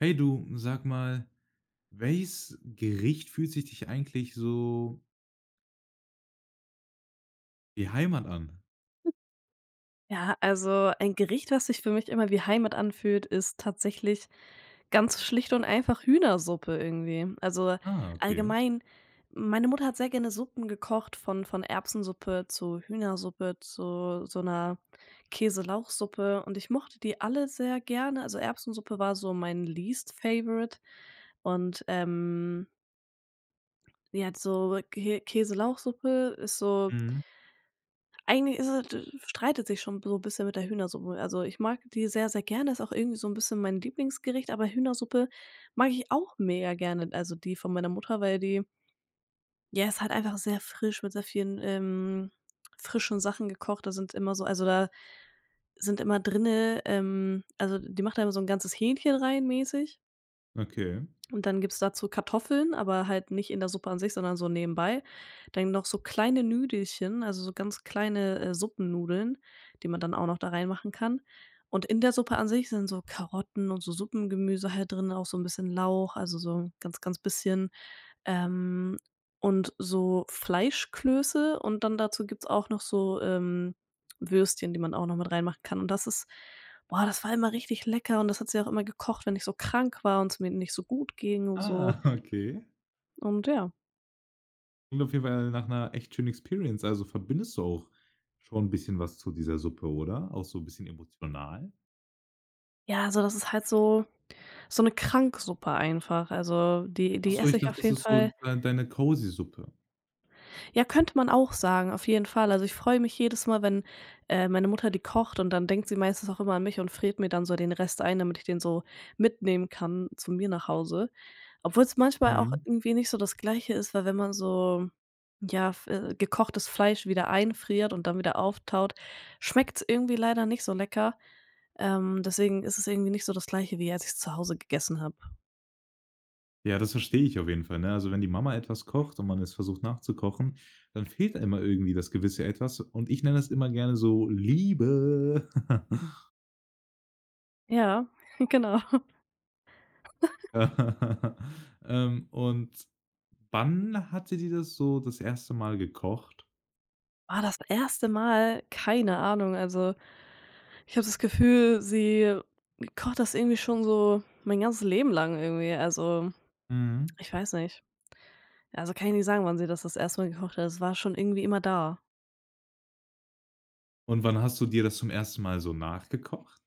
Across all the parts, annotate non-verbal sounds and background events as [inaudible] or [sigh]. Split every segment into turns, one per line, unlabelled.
Hey du, sag mal, welches Gericht fühlt sich dich eigentlich so wie Heimat an?
Ja, also ein Gericht, was sich für mich immer wie Heimat anfühlt, ist tatsächlich ganz schlicht und einfach Hühnersuppe irgendwie. Also
Ah, okay.
allgemein, meine Mutter hat sehr gerne Suppen gekocht, von Erbsensuppe zu Hühnersuppe zu so einer Käselauchsuppe. Und ich mochte die alle sehr gerne. Also Erbsensuppe war so mein least favorite. Und ja, so Kä Käselauchsuppe ist so.
Mhm.
Eigentlich ist es d streitet sich schon so ein bisschen mit der Hühnersuppe. Also, ich mag die sehr, sehr gerne, ist auch irgendwie so ein bisschen mein Lieblingsgericht, aber Hühnersuppe mag ich auch mega gerne, also die von meiner Mutter, weil die ja, ist halt einfach sehr frisch mit sehr vielen, frischen Sachen gekocht. Da sind immer so also, da sind immer drinne also die macht da immer so ein ganzes Hähnchen rein mäßig.
Okay.
Und dann gibt's dazu Kartoffeln, aber halt nicht in der Suppe an sich, sondern so nebenbei. Dann noch so kleine Nüdelchen, also so ganz kleine, Suppennudeln, die man dann auch noch da reinmachen kann. Und in der Suppe an sich sind so Karotten und so Suppengemüse halt drin, auch so ein bisschen Lauch, also so ganz, ganz bisschen. Ähm, und so Fleischklöße und dann dazu gibt's auch noch so, Würstchen, die man auch noch mit reinmachen kann. Und das ist Boah, das war immer richtig lecker, und das hat sie auch immer gekocht, wenn ich so krank war und es mir nicht so gut ging und so.
Ah, [laughs] okay.
Und ja.
Klingt auf jeden Fall nach einer echt schönen Experience. Also, verbindest du auch schon ein bisschen was zu dieser Suppe, oder? Auch so ein bisschen emotional?
Ja, also das ist halt so eine Kranksuppe einfach. Also, die
Ach
die
so,
esse
ich
ich
dachte,
auf
das
jeden
ist
Fall.
so deine cozy Suppe.
Ja, könnte man auch sagen, auf jeden Fall. Also, ich freue mich jedes Mal, wenn, meine Mutter die kocht, und dann denkt sie meistens auch immer an mich und friert mir dann so den Rest ein, damit ich den so mitnehmen kann zu mir nach Hause. Obwohl es manchmal auch
Mhm.
irgendwie nicht so das Gleiche ist, weil wenn man so, ja, f gekochtes Fleisch wieder einfriert und dann wieder auftaut, schmeckt's irgendwie leider nicht so lecker. Deswegen ist es irgendwie nicht so das Gleiche, wie als ich's zu Hause gegessen habe.
Ja, das verstehe ich auf jeden Fall, ne? Also, wenn die Mama etwas kocht und man es versucht nachzukochen, dann fehlt immer irgendwie das gewisse Etwas und ich nenne das immer gerne so Liebe. [laughs]
Ja, [laughs] genau.
[laughs] Und wann hatte die das so das erste Mal gekocht?
Ah, das erste Mal, keine Ahnung. Also, ich habe das Gefühl, sie kocht das irgendwie schon so mein ganzes Leben lang irgendwie. Also,
Mhm.
ich weiß nicht. Also, kann ich nicht sagen, wann sie das erste Mal gekocht hat. Es war schon irgendwie immer da.
Und wann hast du dir das zum ersten Mal so nachgekocht?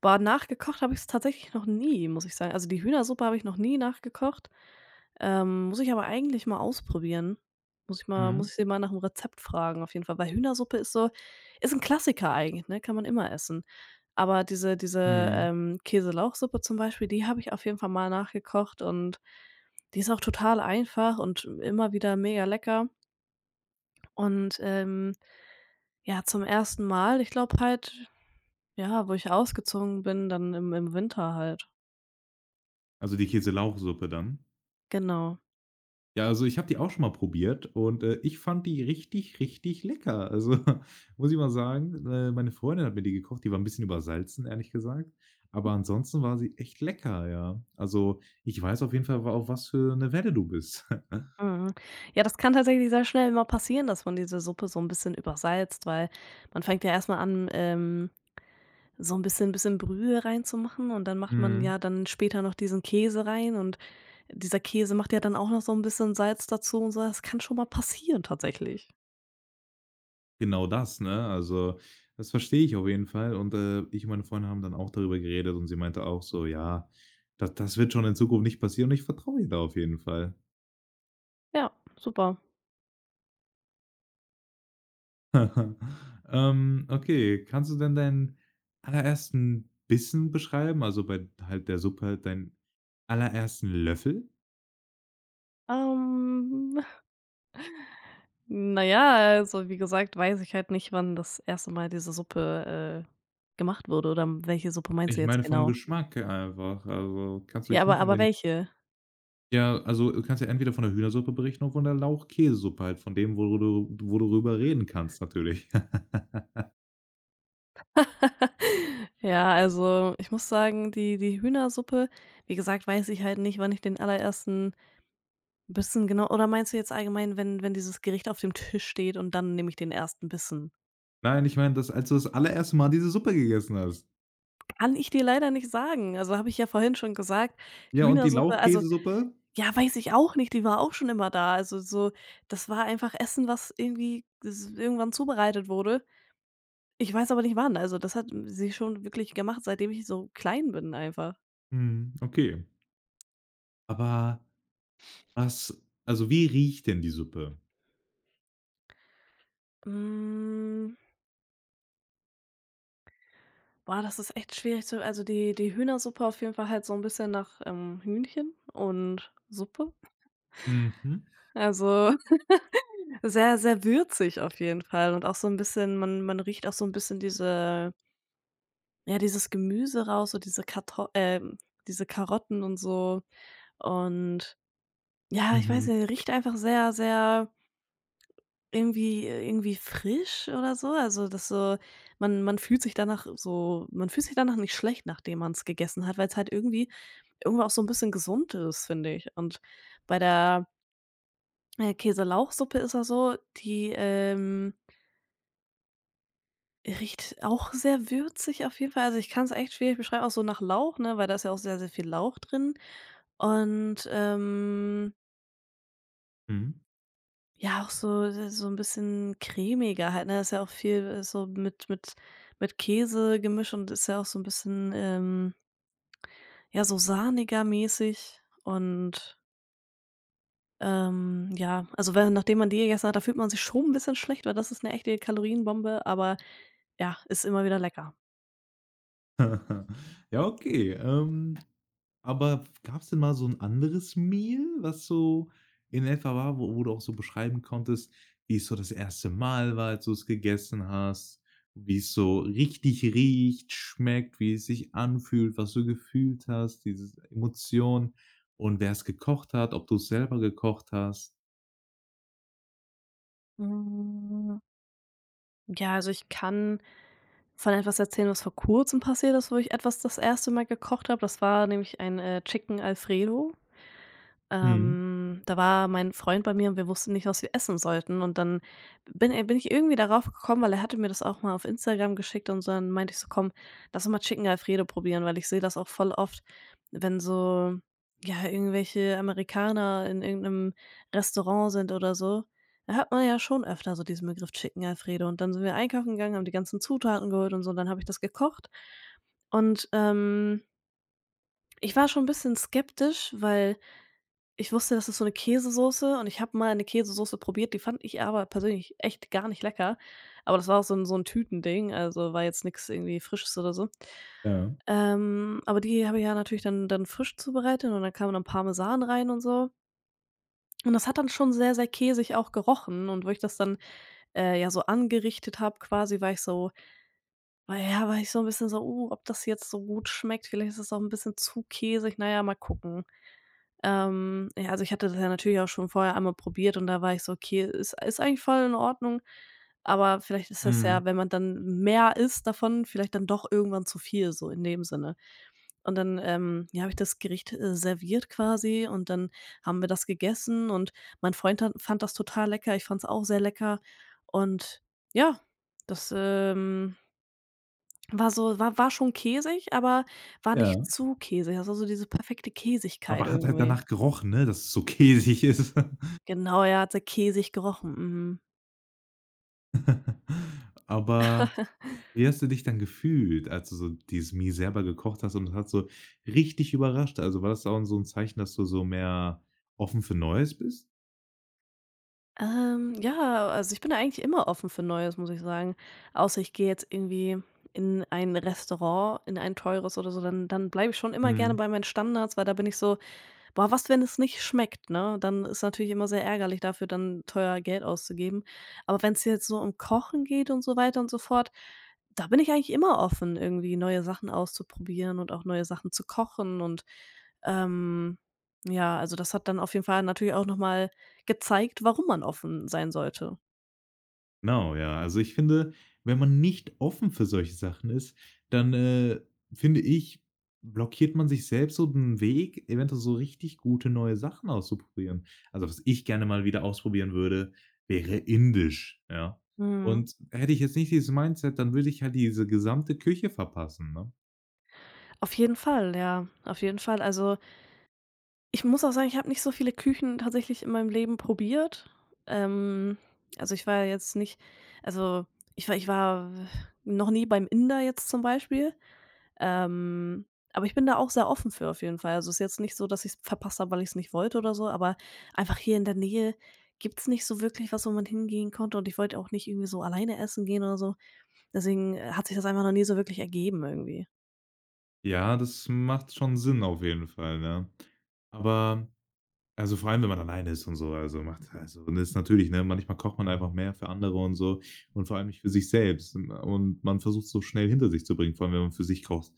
Boah, nachgekocht habe ich es tatsächlich noch nie, muss ich sagen. Also, die Hühnersuppe habe ich noch nie nachgekocht. Muss ich aber eigentlich mal ausprobieren. Muss
Mhm.
ich sie mal nach dem Rezept fragen auf jeden Fall, weil Hühnersuppe ist ein Klassiker eigentlich, ne? Kann man immer essen. Aber diese diese,
Mhm.
ähm, Käse-Lauchsuppe zum Beispiel, die habe ich auf jeden Fall mal nachgekocht, und die ist auch total einfach und immer wieder mega lecker. Und, ja, zum ersten Mal, ich glaube halt, ja, wo ich ausgezogen bin, dann im Winter halt.
Also die Käselauchsuppe dann?
Genau.
Ja, also ich habe die auch schon mal probiert und, ich fand die richtig, richtig lecker. Also, [laughs] muss ich mal sagen, meine Freundin hat mir die gekocht, die war ein bisschen übersalzen, ehrlich gesagt. Aber ansonsten war sie echt lecker, ja. Also, ich weiß auf jeden Fall, wa auf was für eine Welle du bist. [laughs]
Mhm. Ja, das kann tatsächlich sehr schnell mal passieren, dass man diese Suppe so ein bisschen übersalzt, weil man fängt ja erst mal an, so ein bisschen Brühe reinzumachen, und dann macht man
Mhm.
ja dann später noch diesen Käse rein, und dieser Käse macht ja dann auch noch so ein bisschen Salz dazu und so. Das kann schon mal passieren tatsächlich.
Genau das, ne? Also, das verstehe ich auf jeden Fall. Und, ich und meine Freunde haben dann auch darüber geredet und sie meinte auch so: „Ja, das wird schon in Zukunft nicht passieren und ich vertraue ihr da auf jeden Fall.“
Ja, super.
[laughs] Okay, kannst du denn deinen allerersten Bissen beschreiben? Also, bei halt der Suppe halt deinen allerersten Löffel?
Ähm, na ja, also, wie gesagt, weiß ich halt nicht, wann das erste Mal diese Suppe, gemacht wurde, oder welche Suppe meinst du
Ich
jetzt
meine vom
genau?
Geschmack einfach. Also, kannst du
Ja,
dich
aber
nicht in
aber
den?
welche?
Ja, also, du kannst ja entweder von der Hühnersuppe berichten oder von der Lauchkäsesuppe halt, von dem, wo du wo worüber reden kannst natürlich. [laughs]
[laughs] Ja, also, ich muss sagen, die Hühnersuppe, wie gesagt, weiß ich halt nicht, wann ich den allerersten Bissen, genau. Oder meinst du jetzt allgemein, wenn dieses Gericht auf dem Tisch steht, und dann nehme ich den ersten Bissen?
Nein, ich meine das, als du das allererste Mal diese Suppe gegessen hast.
Kann ich dir leider nicht sagen. Also, habe ich ja vorhin schon gesagt,
Ja, und die
Hühnersuppe also,
Lauchkäsesuppe?
ja, weiß ich auch nicht, die war auch schon immer da. Also, so das war einfach Essen, was irgendwie s irgendwann zubereitet wurde. Ich weiß aber nicht wann. Also, das hat sie schon wirklich gemacht, seitdem ich so klein bin einfach.
Mhm, okay. Aber was also, wie riecht denn die Suppe?
Hm, boah, das ist echt schwierig zu also, die Hühnersuppe auf jeden Fall halt so ein bisschen nach, Hühnchen und Suppe.
Mhm,
Also sehr, sehr würzig auf jeden Fall, und auch so 'n bisschen man riecht auch so 'n bisschen diese ja, dieses Gemüse raus, so diese Karto diese Karotten und so. Und ja, ich weiß
mhm,
nicht, riecht einfach sehr, sehr irgendwie frisch oder so. Also, das so man fühlt sich danach nicht schlecht, nachdem man's gegessen hat, weil's halt irgendwie irgendwo auch so 'n bisschen gesund ist, finde ich. Und bei der, Käse-Lauchsuppe ist das so, riecht auch sehr würzig auf jeden Fall. Also, ich kann es echt schwierig beschreiben, auch so nach Lauch, ne, weil da ist ja auch sehr, sehr viel Lauch drin, und,
mhm.
ja, auch so ein bisschen cremiger halt, ne? Da ist ja auch viel, so mit Käse gemischt, und ist ja auch so ein bisschen, ja, so sahniger mäßig, und, ja, also, wenn nachdem man die gegessen hat, da fühlt man sich schon ein bisschen schlecht, weil das ist eine echte Kalorienbombe, aber ja, ist immer wieder lecker.
[laughs] Ja, okay. Aber gab's denn mal so ein anderes Meal, was so in etwa war, wo du auch so beschreiben konntest, wie's so das erste Mal war, als du es gegessen hast, wie es so richtig riecht, schmeckt, wie es sich anfühlt, was du gefühlt hast, diese Emotion und wer es gekocht hat, ob du es selber gekocht hast?
Hm, ja, also ich kann von etwas erzählen, was vor Kurzem passiert ist, wo ich etwas das erste Mal gekocht habe. Das war nämlich ein, Chicken Alfredo.
Mhm.
Da war mein Freund bei mir, und wir wussten nicht, was wir essen sollten. Und dann bin ich irgendwie darauf gekommen, weil er hatte mir das auch mal auf Instagram geschickt und so, dann meinte ich so: „Komm, lass uns mal Chicken Alfredo probieren", weil ich sehe das auch voll oft, wenn so, ja, irgendwelche Amerikaner in irgendeinem Restaurant sind oder so. Da hat man ja schon öfter so diesen Begriff Chicken Alfredo. Und dann sind wir einkaufen gegangen, haben die ganzen Zutaten geholt und so, dann habe ich das gekocht. Und, ich war schon ein bisschen skeptisch, weil ich wusste, das ist so 'ne Käsesoße, und ich habe mal 'ne Käsesoße probiert, die fand ich aber persönlich echt gar nicht lecker. Aber das war auch so 'n Tütending, also war jetzt nix irgendwie Frisches oder so.
Ja.
Aber die habe ich ja natürlich dann frisch zubereitet, und dann kam dann Parmesan rein und so. Und das hat dann schon sehr, sehr käsig auch gerochen, und wo ich das dann, ja so angerichtet habe quasi, war ich so 'n bisschen so: ob das jetzt so gut schmeckt, vielleicht ist es auch 'n bisschen zu käsig. Na ja, mal gucken." Ja, also ich hatte das ja natürlich auch schon vorher einmal probiert, und da war ich so: „Okay, ist eigentlich voll in Ordnung." Aber vielleicht ist das
Mhm.
ja, wenn man dann mehr isst davon, vielleicht dann doch irgendwann zu viel, so in dem Sinne. Und dann, ja, habe ich das Gericht, serviert quasi, und dann haben wir das gegessen, und mein Freund hat fand das total lecker. Ich fand es auch sehr lecker, und ja, das, war schon käsig, aber war nicht
Ja.
zu käsig. Das war so diese perfekte Käsigkeit
Aber hat halt
irgendwie.
danach gerochen, ne, dass es so käsig ist.
Genau, ja, hat sehr käsig gerochen, mhm.
[laughs] Aber wie hast du dich dann gefühlt, als du so dieses Mi selber gekocht hast und das hat so richtig überrascht? Also, war das auch so 'n Zeichen, dass du so mehr offen für Neues bist?
Ja, also, ich bin da eigentlich immer offen für Neues, muss ich sagen. Außer ich gehe jetzt irgendwie in ein Restaurant, in ein teures oder so, dann bleibe ich schon immer gerne
Mhm.
bei meinen Standards, weil da bin ich so boah, was, wenn es nicht schmeckt, ne? Dann ist natürlich immer sehr ärgerlich dafür, dann teuer Geld auszugeben. Aber wenn es jetzt so um Kochen geht und so weiter und so fort, da bin ich eigentlich immer offen, irgendwie neue Sachen auszuprobieren und auch neue Sachen zu kochen, und, ähm, ja, also das hat dann auf jeden Fall natürlich auch nochmal gezeigt, warum man offen sein sollte.
Genau, ja. Also, ich finde, wenn man nicht offen für solche Sachen ist, dann, finde ich, blockiert man sich selbst so 'n Weg, eventuell so richtig gute neue Sachen auszuprobieren. Also, was ich gerne mal wieder ausprobieren würde, wäre Indisch, ja.
Mhm.
Und hätte ich jetzt nicht dieses Mindset, dann würde ich halt diese gesamte Küche verpassen, ne?
Auf jeden Fall, ja, auf jeden Fall. Also ich muss auch sagen, ich habe nicht so viele Küchen tatsächlich in meinem Leben probiert. Ähm, also, ich war jetzt nicht also, ich war noch nie beim Inder jetzt zum Beispiel, ähm, aber ich bin da auch sehr offen für auf jeden Fall. Also, es ist jetzt nicht so, dass ich's verpasst habe, weil ich es nicht wollte oder so, aber einfach hier in der Nähe gibt es nicht so wirklich was, wo man hingehen konnte, und ich wollte auch nicht irgendwie so alleine essen gehen oder so. Deswegen, hat sich das einfach noch nie so wirklich ergeben irgendwie.
Ja, das macht schon Sinn auf jeden Fall, ne? Aber also, vor allem, wenn man alleine ist und so, also, macht also, und das ist natürlich, ne, manchmal kocht man einfach mehr für andere und so und vor allem nicht für sich selbst und man versucht's so schnell hinter sich zu bringen, vor allem, wenn man für sich kocht.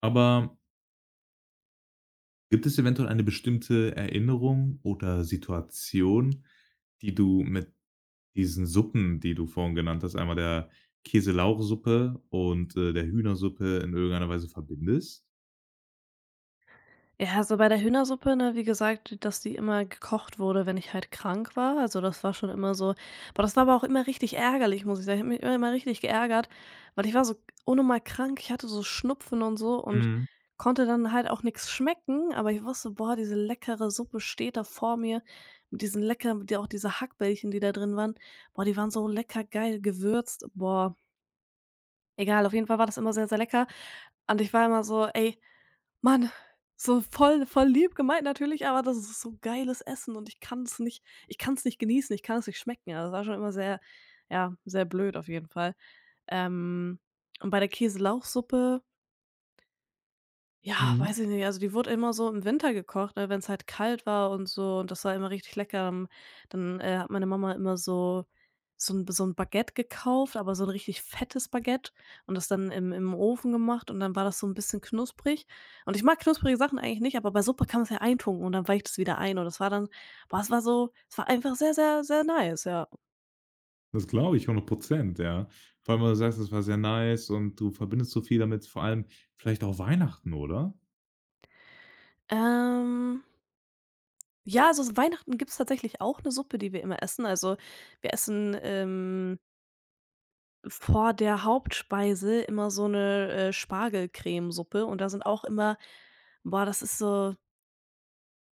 Aber gibt es eventuell eine bestimmte Erinnerung oder Situation, die du mit diesen Suppen, die du vorhin genannt hast, einmal der Käse Lauch und, der Hühnersuppe in irgendeiner Weise verbindest?
Ja, also bei der Hühnersuppe, ne, wie gesagt, dass die immer gekocht wurde, wenn ich halt krank war. Also das war schon immer so, aber das war aber auch immer richtig ärgerlich, muss ich sagen. Ich habe mich immer richtig geärgert, weil ich war so unnormal krank. Ich hatte so Schnupfen und so, und
Mhm,
konnte dann halt auch nichts schmecken, aber ich wusste: „Boah, diese leckere Suppe steht da vor mir mit diesen leckeren die auch diese Hackbällchen, die da drin waren. Boah, die waren so lecker geil gewürzt." Boah, egal, auf jeden Fall war das immer sehr, sehr lecker, und ich war immer so: „Ey" Mann, so voll lieb gemeint natürlich, aber das ist so geiles Essen, und ich kann es nicht genießen, ich kann es nicht schmecken. Also, es war schon immer sehr ja, sehr blöd auf jeden Fall. Ähm, und bei der Käselauchsuppe ja, weiß
mhm.
ich nicht. Also, die wurde immer so im Winter gekocht, ne, wenn es halt kalt war und so, und das war immer richtig lecker. Dann hat meine Mama immer so ein Baguette gekauft, aber so ein richtig fettes Baguette, und das dann im Ofen gemacht, und dann war das so ein bisschen knusprig. Und ich mag knusprige Sachen eigentlich nicht, aber bei Suppe kann man es ja eintunken, und dann weicht es wieder ein, und das war dann boah, es war einfach sehr, sehr, sehr nice, ja.
Das glaube ich 100%, ja. Vor allem, weil du sagst, das war sehr nice und du verbindest so viel damit, vor allem vielleicht auch Weihnachten, oder?
Ähm, ja, also, Weihnachten gibt's tatsächlich auch eine Suppe, die wir immer essen. Also, wir essen, vor der Hauptspeise immer so 'ne, Spargelcremesuppe, und da sind auch immer boah,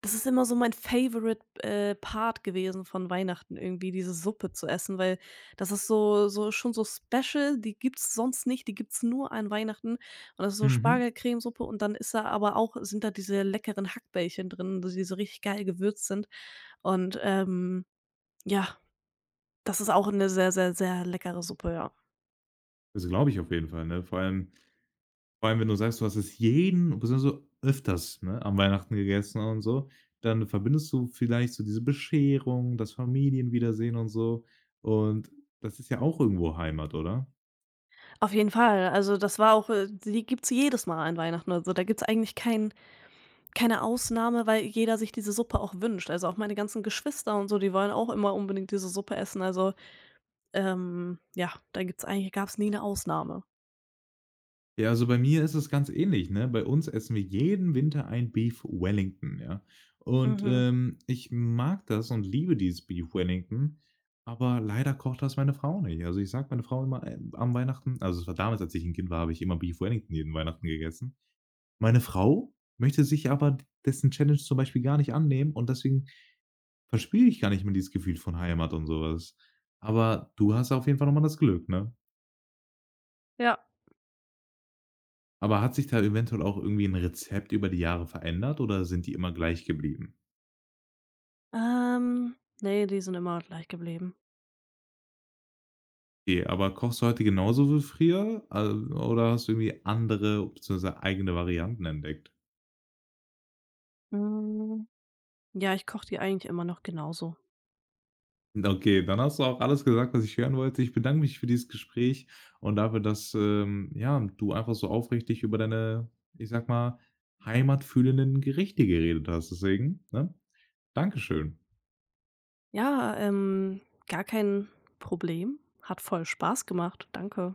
das ist immer so mein favorite, Part gewesen von Weihnachten irgendwie, diese Suppe zu essen, weil das ist so schon so special, die gibt's sonst nicht, die gibt's nur an Weihnachten, und das ist so
Mhm.
Spargelcremesuppe, und dann ist da aber auch sind da diese leckeren Hackbällchen drin, die so richtig geil gewürzt sind, und, ja, das ist auch 'ne sehr, sehr, sehr leckere Suppe, ja.
Also, glaube ich auf jeden Fall, ne? Vor allem, wenn du sagst, du hast es jeden beziehungsweise öfters, ne, an Weihnachten gegessen und so, dann verbindest du vielleicht so diese Bescherung, das Familienwiedersehen und so. Und das ist ja auch irgendwo Heimat, oder?
Auf jeden Fall. Also, das war auch die gibt's jedes Mal an Weihnachten. Also, da gibt's eigentlich keine Ausnahme, weil jeder sich diese Suppe auch wünscht. Also, auch meine ganzen Geschwister und so, die wollen auch immer unbedingt diese Suppe essen. Also, ja, da gibt's eigentlich gab's nie eine Ausnahme.
Ja, also bei mir ist es ganz ähnlich, ne? Bei uns essen wir jeden Winter ein Beef Wellington, ja. Und,
Mhm.
ich mag das und liebe dieses Beef Wellington, aber leider kocht das meine Frau nicht. Also, ich sag meine Frau immer, am Weihnachten also, es war damals, als ich ein Kind war, habe ich immer Beef Wellington jeden Weihnachten gegessen. Meine Frau möchte sich aber dessen Challenge zum Beispiel gar nicht annehmen und deswegen verspüre ich gar nicht mehr dieses Gefühl von Heimat und sowas. Aber du hast auf jeden Fall noch mal das Glück, ne?
Ja.
Aber hat sich da eventuell auch irgendwie ein Rezept über die Jahre verändert oder sind die immer gleich geblieben?
Ne, die sind immer gleich geblieben.
Okay, aber kochst du heute genauso wie früher, oder hast du irgendwie andere bzw. eigene Varianten entdeckt?
Hm, ja, ich koche die eigentlich immer noch genauso.
Okay, dann hast du auch alles gesagt, was ich hören wollte. Ich bedanke mich für dieses Gespräch und dafür, dass, ja, du einfach so aufrichtig über deine, ich sag mal, heimatfühlenden Gerichte geredet hast. Deswegen, ne, Dankeschön.
Ja, gar kein Problem. Hat voll Spaß gemacht. Danke.